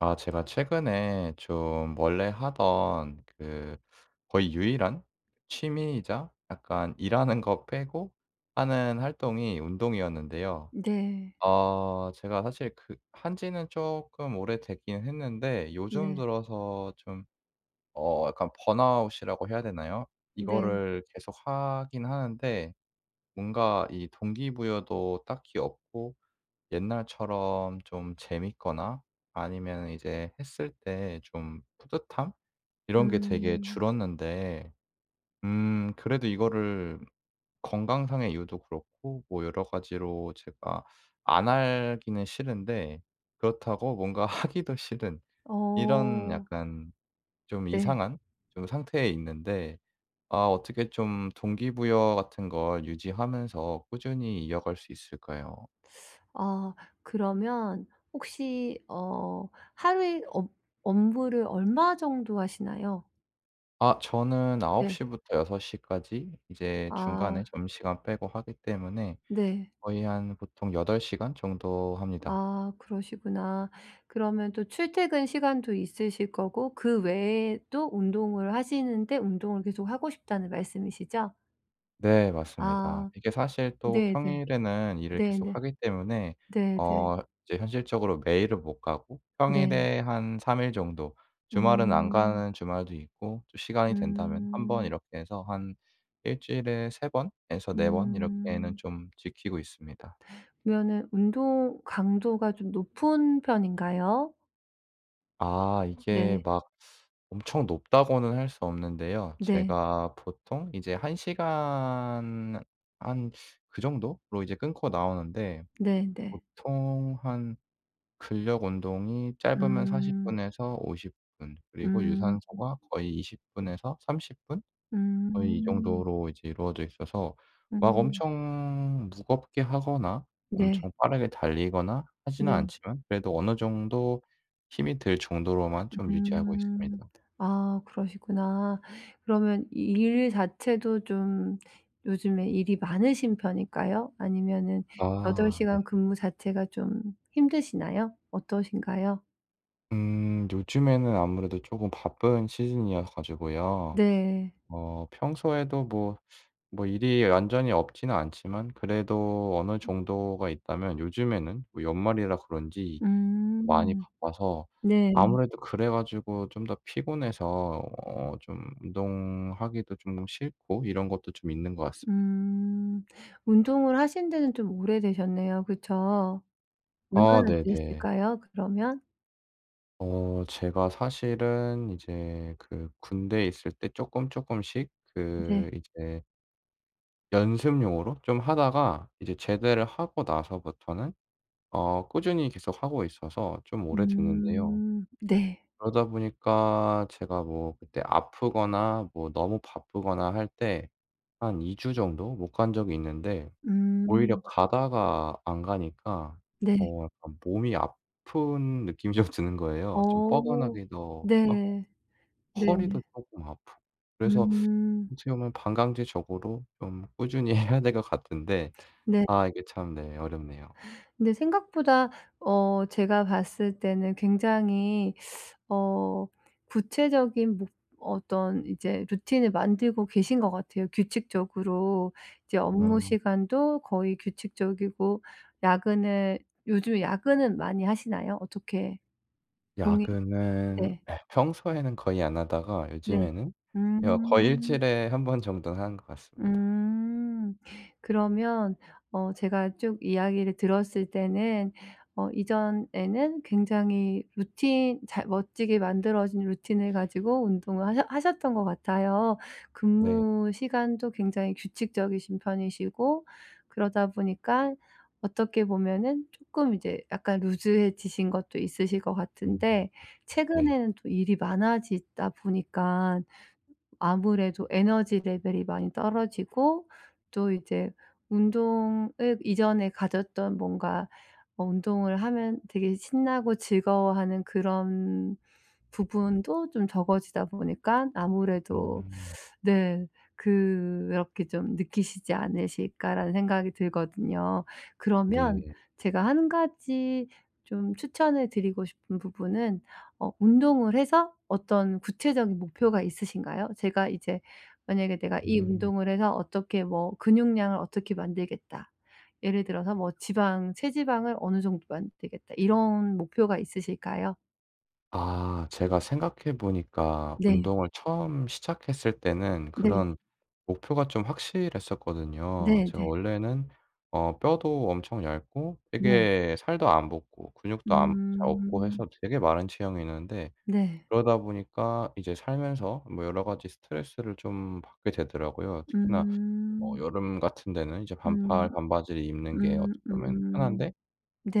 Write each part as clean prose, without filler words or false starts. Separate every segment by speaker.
Speaker 1: 아, 제가 최근에 좀 원래 하던 그 거의 유일한 취미이자 약간 일하는 거 빼고 하는 활동이 운동이었는데요.
Speaker 2: 네.
Speaker 1: 제가 사실 그 한 지는 조금 오래되긴 했는데 요즘
Speaker 2: 네.
Speaker 1: 들어서 좀 약간 번아웃이라고 해야 되나요?
Speaker 2: 네.
Speaker 1: 이거를 계속 하긴 하는데 뭔가 이 동기부여도 딱히 없고 옛날처럼 좀 재밌거나 아니면 이제 했을 때 좀 뿌듯함 이런 게 되게
Speaker 2: 음.
Speaker 1: 줄었는데 그래도 이거를 건강상의 이유도 그렇고 뭐 여러 가지로 제가 안 하기는 싫은데, 그렇다고 뭔가 하기도 싫은 이런
Speaker 2: 어
Speaker 1: 약간 좀
Speaker 2: 네.
Speaker 1: 이상한 좀 상태에 있는데, 아 어떻게 좀 동기부여 같은 걸 유지하면서 꾸준히 이어갈 수 있을까요?
Speaker 2: 아 그러면 혹시 어 하루에 업 업무를 얼마 정도 하시나요?
Speaker 1: 아, 저는 9홉
Speaker 2: 네.
Speaker 1: 시 부터 6시 까지 이제 중간에
Speaker 2: 아
Speaker 1: 점심시간 빼고 하기 때문에
Speaker 2: 네.
Speaker 1: 거의 한 보통 8 시간 정도 합니다.
Speaker 2: 아 그러시구나. 그러면 또 출퇴근 시간도 있으실 거고 그 외에 또 운동을 하시는데 운동을 계속 하고 싶다는 말씀이시죠?
Speaker 1: 네, 맞습니다.
Speaker 2: 아
Speaker 1: 이게 사실 또
Speaker 2: 네네.
Speaker 1: 평일에는 일을 계속
Speaker 2: 네네.
Speaker 1: 하기 때문에
Speaker 2: 네네.
Speaker 1: 어 이제 현실적으로 매일은 못 가고
Speaker 2: 네.
Speaker 1: 평일에 한 3일 정도 주말은 안
Speaker 2: 음.
Speaker 1: 가는 주말도 있고, 또 시간이 된다면 한 번
Speaker 2: 음.
Speaker 1: 이렇게 해서 한 일 주일에 3 번에서 4번 이렇게는
Speaker 2: 음.
Speaker 1: 좀 지키고 있습니다.
Speaker 2: 그러면은 운동 강도가 좀 높은 편인가요?
Speaker 1: 아, 이게
Speaker 2: 네.
Speaker 1: 막 엄청 높다고는 할 수 없는데요.
Speaker 2: 네.
Speaker 1: 제가 보통 이제 1 시간 한 그 정도로 이제 끊고 나오는데,
Speaker 2: 네네.
Speaker 1: 보통 한 근력 운동이 짧으면 40
Speaker 2: 음.
Speaker 1: 분에서 50분 그리고
Speaker 2: 음.
Speaker 1: 유산소가 거의 20 분에서 30분, 거의 이
Speaker 2: 음.
Speaker 1: 정도로 이제 이루어져 있어서 막
Speaker 2: 음.
Speaker 1: 엄청 무겁게 하거나
Speaker 2: 네.
Speaker 1: 엄청 빠르게 달리거나 하지는
Speaker 2: 네.
Speaker 1: 않지만, 그래도 어느 정도 힘이 들 정도로만 좀 유지하고 있습니다.
Speaker 2: 음. 아 그러시구나. 그러면 일 자체도 좀 요즘에 일이 많으신 편일까요? 아니면은 8
Speaker 1: 아 네.
Speaker 2: 시간 근무 자체가 좀 힘드시나요? 어떠신가요?
Speaker 1: 요즘에는 아무래도 쪼금 바쁜 시즌이어 가지고요.
Speaker 2: 네.
Speaker 1: 평소에도 뭐 일이 완전히 없지는 않지만 그래도 어느 정도가 있다면, 요즘에는 뭐 연말이라 그런지 많이
Speaker 2: 음.
Speaker 1: 바빠서
Speaker 2: 네.
Speaker 1: 아무래도 그래 가지고 좀 더 피곤해서 좀 운동하기도 쪼금 싫고 이런 것도 좀 있는 것 같습니다.
Speaker 2: 음. 운동을 하신 데는 좀 오래되셨네요. 그쵸?
Speaker 1: 아
Speaker 2: 얼마나
Speaker 1: 네네.
Speaker 2: 되셨을까요 그러면?
Speaker 1: 제가 사실은 이제 그 군대에 있을 때 쪼끔 쪼끔씩
Speaker 2: 네.
Speaker 1: 그 이제 연습용으로 좀 하다가, 이제 제대를 하고 나서부터는 꾸준히 계속 하고 있어서 좀 오래됐는데요.
Speaker 2: 음. 네.
Speaker 1: 그러다 보니까 제가 뭐 그때 아프거나 뭐 너무 바쁘거나 할 때 한 2주 정도 못 간 적이 있는데, 오히려
Speaker 2: 음.
Speaker 1: 가다가 안 가니까
Speaker 2: 네.
Speaker 1: 약간 몸이 아픈 느낌이 좀 드는 거예요. 좀
Speaker 2: 어.
Speaker 1: 뻐근하기도 하고
Speaker 2: 네. 네네.
Speaker 1: 허리도 쪼끔 아프고. 그래서
Speaker 2: 음.
Speaker 1: 어떻게 보면 반강제적으로 좀 꾸준히 해야 될 것 같은데,
Speaker 2: 네.
Speaker 1: 아 이게 참 네 어렵네요.
Speaker 2: 근데 생각보다 제가 봤을 때는 굉장히 어 구체적인 목 어떤 이제 루틴을 만들고 계신 것 같아요, 규칙적으로. 이제 업무
Speaker 1: 아.
Speaker 2: 시간도 거의 규칙적이고 야근을 요즘 야근은 많이 하시나요? 어떻게 동일
Speaker 1: 야근은
Speaker 2: 네.
Speaker 1: 예 평소에는 거의 안 하다가,
Speaker 2: 네.
Speaker 1: 요즘에는 여 거의
Speaker 2: 음.
Speaker 1: 일주일에 한 번 정도는 하는 것 같습니다.
Speaker 2: 음. 그러면 제가 쭉 이야기를 들었을 때는 어 이전에는 굉장히 루틴 잘 멋지게 만들어진 루틴을 가지고 운동을 하셨던 것 같아요.
Speaker 1: 네.
Speaker 2: 근무 시간도 굉장히 규칙적이신 편이시고 그러다 보니까 어떻게 보면은 조금 이제 약간 루즈해지신 것도 있으실 것
Speaker 1: 음.
Speaker 2: 같은데
Speaker 1: 네.
Speaker 2: 최근에는 또 일이 많아지다 보니까 아무래도 에너지 레벨이 많이 떨어지고 또 이제 운동을 이전에 가졌던 뭔가 어 운동을 하면 되게 신나고 즐거워하는 그런 부분도 좀 적어지다 보니까 아무래도
Speaker 1: 음.
Speaker 2: 네 그렇게 좀 느끼시지 않으실까라는 생각이 들거든요. 그러면
Speaker 1: 네.
Speaker 2: 제가 한 가지 좀 추천을 드리고 싶은 부분은 어 운동을 해서 어떤 구체적인 목표가 있으신가요? 제가 이제 만약에 내가 이
Speaker 1: 음.
Speaker 2: 운동을 해서 어떻게 뭐 근육량을 어떻게 만들겠다. 예를 들어서 뭐 지방 체지방을 어느 정도 만들겠다. 이런 목표가 있으실까요?
Speaker 1: 아 제가 생각해 보니까
Speaker 2: 네.
Speaker 1: 운동을 처음 시작했을 때는
Speaker 2: 네.
Speaker 1: 그런 목표가 좀 확실했었거든요.
Speaker 2: 네네.
Speaker 1: 제가
Speaker 2: 네.
Speaker 1: 원래는 뼈도 엄청 얇고
Speaker 2: 네.
Speaker 1: 되게 살도 안 붙고 근육도 안 잘 없고
Speaker 2: 음.
Speaker 1: 해서 되게 마른 체형이었는데,
Speaker 2: 네.
Speaker 1: 그러다 보니까 이제 살면서 뭐 여러 가지 스트레스를 좀 받게 되더라고요. 특히나
Speaker 2: 음.
Speaker 1: 여름 같은 데는 이제
Speaker 2: 음.
Speaker 1: 반팔 반바지를 입는 게
Speaker 2: 음
Speaker 1: 어떻게 보면
Speaker 2: 음.
Speaker 1: 편한데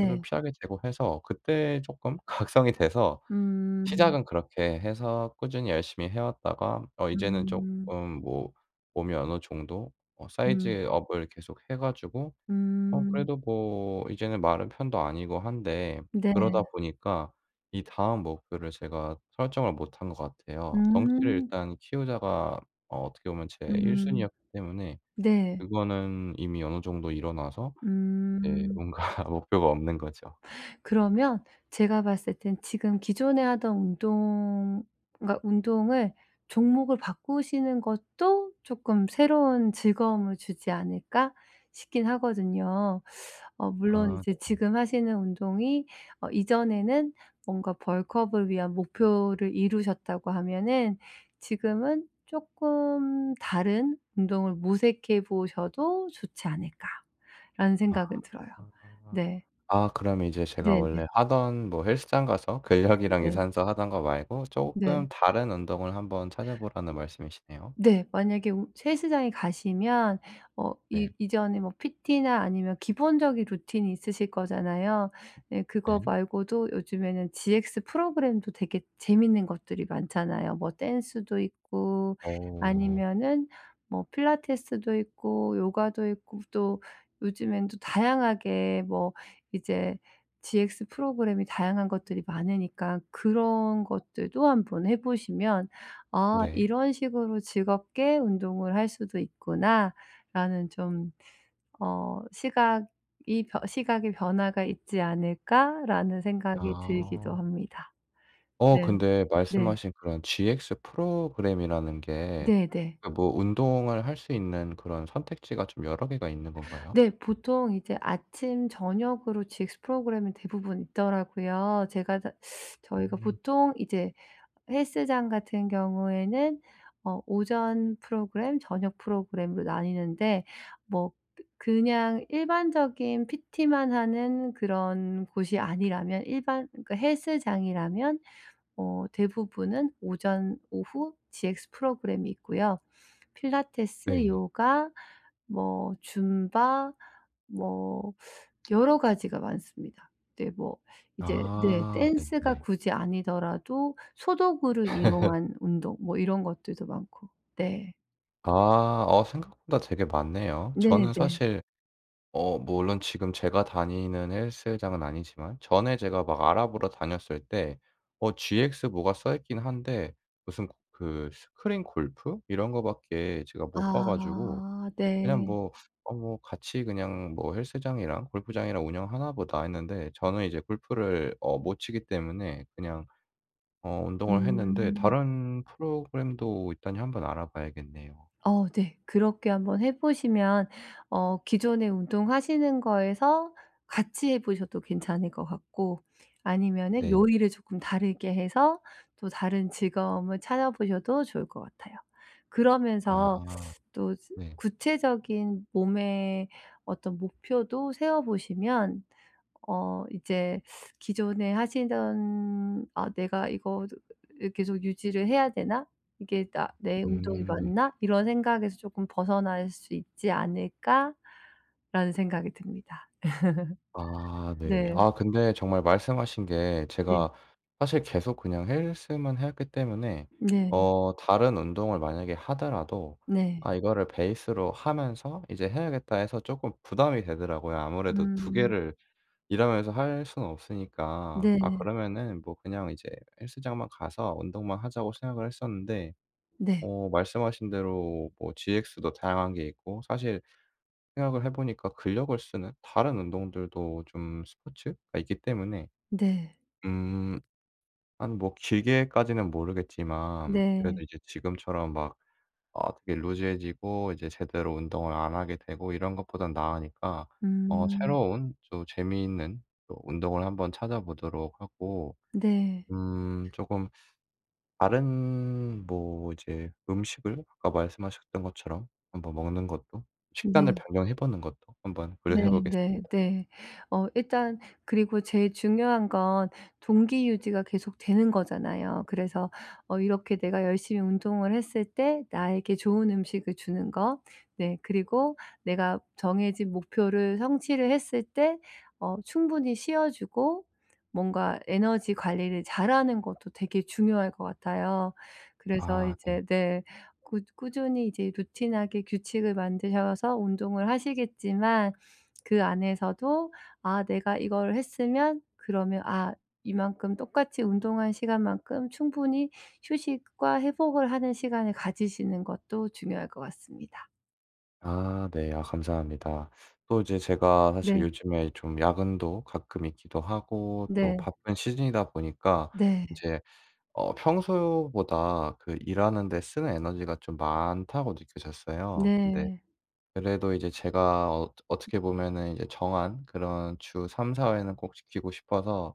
Speaker 1: 좀 피하게 되고 해서, 그때 쪼끔 각성이 돼서
Speaker 2: 음.
Speaker 1: 시작은 그렇게 해서 꾸준히 열심히 해 왔다가, 이제는
Speaker 2: 음.
Speaker 1: 쪼끔 뭐 몸이 어느 정도
Speaker 2: 음.
Speaker 1: 사이즈업을 계속 해 가지고
Speaker 2: 음.
Speaker 1: 그래도 뭐 이제는 마른 편도 아니고 한데, 그러다
Speaker 2: 네.
Speaker 1: 보니까 이 다음 목표를 제가 설정을 못한 것 같아요. 덩치를
Speaker 2: 음.
Speaker 1: 일단 키우자가 어떻게 보면 제 1
Speaker 2: 음.
Speaker 1: 순위였기 때문에,
Speaker 2: 네.
Speaker 1: 그거는 이미 어느 정도 일어나서예,
Speaker 2: 음.
Speaker 1: 뭔가 목표가 없는 거죠.
Speaker 2: 그러면 제가 봤을 땐 지금 기존에 하던 운동 그러니까 운동을 종목을 바꾸시는 것도 쪼끔 새로운 즐거움을 주지 않을까 싶긴 하거든요. 어 물론
Speaker 1: 아.
Speaker 2: 이제 지금 하시는 운동이 어 이전에는 뭔가 벌크업을 위한 목표를 이루셨다고 하면은 지금은 쪼끔 다른 운동을 모색해 보셔도 좋지 않을까라는
Speaker 1: 아.
Speaker 2: 생각은 들어요. 네.
Speaker 1: 아 그럼 이제 제가
Speaker 2: 네네네네. 네.
Speaker 1: 원래 하던 뭐 헬스장 가서 근력이랑
Speaker 2: 네.
Speaker 1: 유산소 하던 거 말고
Speaker 2: 네.
Speaker 1: 쪼끔 다른 운동을 한번 찾아보라는 말씀이시네요.
Speaker 2: 네, 만약에 우 헬스장에 가시면 어
Speaker 1: 네.
Speaker 2: 이 이전에 뭐 PT나 아니면 기본적인 루틴이 있으실 거잖아요. 네. 그거
Speaker 1: 네.
Speaker 2: 말고도 요즘에는 GX 프로그램도 되게 재밌는 것들이 많잖아요. 뭐 댄스도 있고
Speaker 1: 어.
Speaker 2: 아니면은 뭐 필라테스도 있고 요가도 있고 또 요즘엔 또 다양하게 뭐 이제 GX 프로그램이 다양한 것들이 많으니까 그런 것들도 한번 해 보시면 '아
Speaker 1: 네.
Speaker 2: 이런 식으로 즐겁게 운동을 할 수도 있구나.'라는 좀 어 시각이 변 '시각의 변화가 있지 않을까.'라는 생각이 들기도
Speaker 1: 아.
Speaker 2: 합니다. 네.
Speaker 1: 근데
Speaker 2: 네.
Speaker 1: 말씀하신 그런 GX 프로그램이라는 게
Speaker 2: 네네. 네.
Speaker 1: 그 뭐 운동을 할 수 있는 그런 선택지가 좀 여러 개가 있는 건가요?
Speaker 2: 네, 보통 이제 아침, 저녁으로 GX 프로그램이 대부분 있더라고요. 제가 다 저희가
Speaker 1: 음.
Speaker 2: 보통 이제 헬스장 같은 경우에는 어 오전 프로그램, 저녁 프로그램으로 나뉘는데 뭐 그냥 일반적인 PT만 하는 그런 곳이 아니라면 일반 그 헬스장이라면 어 대부분은 오전, 오후 GX 프로그램이 있고요. 필라테스,
Speaker 1: 네.
Speaker 2: 요가, 뭐 줌바 뭐 여러 가지가 많습니다. 네 뭐 이제 네
Speaker 1: 아
Speaker 2: 댄스가
Speaker 1: 네네.
Speaker 2: 굳이 아니더라도 소도구를 이용한 운동 뭐 이런 것들도 많고. 네.
Speaker 1: 아 생각보다 되게 많네요. 저는
Speaker 2: 네네.
Speaker 1: 사실 뭐 물론 지금 제가 다니는 헬스장은 아니지만, 전에 제가 막 알아보러 다녔을 때 GX 뭐가 써 있긴 한데 무슨 그 스크린 골프 이런 거밖에 제가 못 봐 가지고,
Speaker 2: 아
Speaker 1: 그냥
Speaker 2: 네.
Speaker 1: 뭐 '어 뭐 같이 그냥 뭐 헬스장이랑 골프장이랑 운영하나 보다.' 했는데, 저는 이제 골프를 못 치기 때문에 그냥 운동을 했는데,
Speaker 2: 음.
Speaker 1: 다른 프로그램도 있다니 한번 알아봐야겠네요.
Speaker 2: 어 네. 그렇게 한번 해 보시면 어 기존에 운동하시는 거에서 같이 해 보셔도 괜찮을 것 같고 아니면은
Speaker 1: 네.
Speaker 2: 요일을 조금 다르게 해서 또 다른 즐거움을 찾아 보셔도 좋을 것 같아요. 그러면서
Speaker 1: 아
Speaker 2: 또 스
Speaker 1: 네.
Speaker 2: 구체적인 몸의 어떤 목표도 세워 보시면 어 이제 기존에 하시던 '아 내가 이거 계속 유지를 해야 되나? 이게 나 내 운동이
Speaker 1: 음.
Speaker 2: 맞나?' 이런 생각에서 조금 벗어날 수 있지 않을까라는 생각이 듭니다.
Speaker 1: 아 네.
Speaker 2: 네.
Speaker 1: 아 근데 정말 말씀하신 게,
Speaker 2: 네.
Speaker 1: 제가 사실 계속 그냥 헬스만 해왔기 때문에
Speaker 2: 네.
Speaker 1: 다른 운동을 만약에 하더라도
Speaker 2: 네.
Speaker 1: '아 이거를 베이스로 하면서 이제 해야겠다.' 해서 조금 부담이 되더라고요. 아무래도 두
Speaker 2: 음.
Speaker 1: 개를 일하면서 할 수는 없으니까.
Speaker 2: 네.
Speaker 1: 아 그러면은 뭐 그냥 이제 헬스장만 가서 운동만 하자고 생각을 했었는데,
Speaker 2: 네.
Speaker 1: 말씀하신 대로 뭐 GX도 다양한 게 있고, 사실 생각을 해 보니까 근력을 쓰는 다른 운동들도 좀 스포츠가 있기 때문에,
Speaker 2: 네.
Speaker 1: 음 한 뭐 길게까지는 모르겠지만 그래도
Speaker 2: 네.
Speaker 1: 이제 지금처럼 막 아 되게 루즈해지고 이제 제대로 운동을 안 하게 되고 이런 것보단 나으니까
Speaker 2: 음.
Speaker 1: 새로운 또 재미있는 또 운동을 한번 찾아보도록 하고,
Speaker 2: 네.
Speaker 1: 금 다른 뭐 이제 음식을 아까 말씀하셨던 것처럼 한번 먹는 것도, 식단을
Speaker 2: 네.
Speaker 1: 변경해 보는 것도 한번
Speaker 2: 네
Speaker 1: 고려해
Speaker 2: 네
Speaker 1: 보겠습니다.
Speaker 2: 네. 어 일단 그리고 제일 중요한 건 동기 유지가 계속되는 거잖아요. 그래서 어 이렇게 내가 열심히 운동을 했을 때 나에게 좋은 음식을 주는 거 네 그리고 내가 정해진 목표를 성취를 했을 때 어 충분히 쉬어 주고 뭔가 에너지 관리를 잘하는 것도 되게 중요할 것 같아요. 그래서
Speaker 1: 아 네.
Speaker 2: 이제 네 꾸 꾸준히 이제 루틴하게 규칙을 만드셔서 운동을 하시겠지만 그 안에서도 '아 내가 이거를 했으면 그러면 아 이만큼 똑같이 운동한 시간만큼 충분히 휴식과 회복을 하는 시간을 가지시는 것도 중요할 것 같습니다.'
Speaker 1: 아 네. 아 감사합니다. 또 이제 제가 사실
Speaker 2: 네.
Speaker 1: 요즘에 좀 야근도 가끔 있기도 하고 또
Speaker 2: 네.
Speaker 1: 바쁜 시즌이다 보니까,
Speaker 2: 네.
Speaker 1: 이제 평소보다 그 일하는 데 쓰는 에너지가 좀 많다고 느껴졌어요. 근데
Speaker 2: 네.
Speaker 1: 그래도 이제 제가 어떻게 보면은 이제 정한 그런 주 3~4 회는 꼭 지키고 싶어서,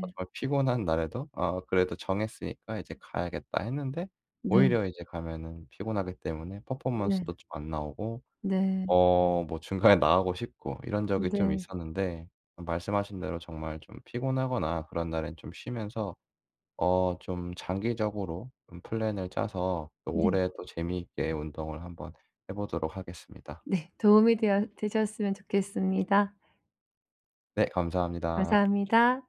Speaker 1: 아 정말 피곤한 날에도 '아 그래도 정했으니까 이제 가야겠다.' 했는데,
Speaker 2: 네.
Speaker 1: 오히려 이제 가면은 피곤하기 때문에
Speaker 2: 네.
Speaker 1: 퍼포먼스도 좀 안 나오고
Speaker 2: 네. 네.
Speaker 1: 뭐 중간에 나가고 싶고 이런 적이 좀
Speaker 2: 네.
Speaker 1: 있었는데, 말씀하신 대로 정말 좀 피곤하거나 그런 날엔 좀 쉬면서 좀 장기적으로 좀 플랜을 짜서, 또 올해 또 재미있게 운동을 한번 해 보도록 하겠습니다.
Speaker 2: 네. 도움이 되어 되셨으면 좋겠습니다.
Speaker 1: 네 감사합니다.
Speaker 2: 감사합니다.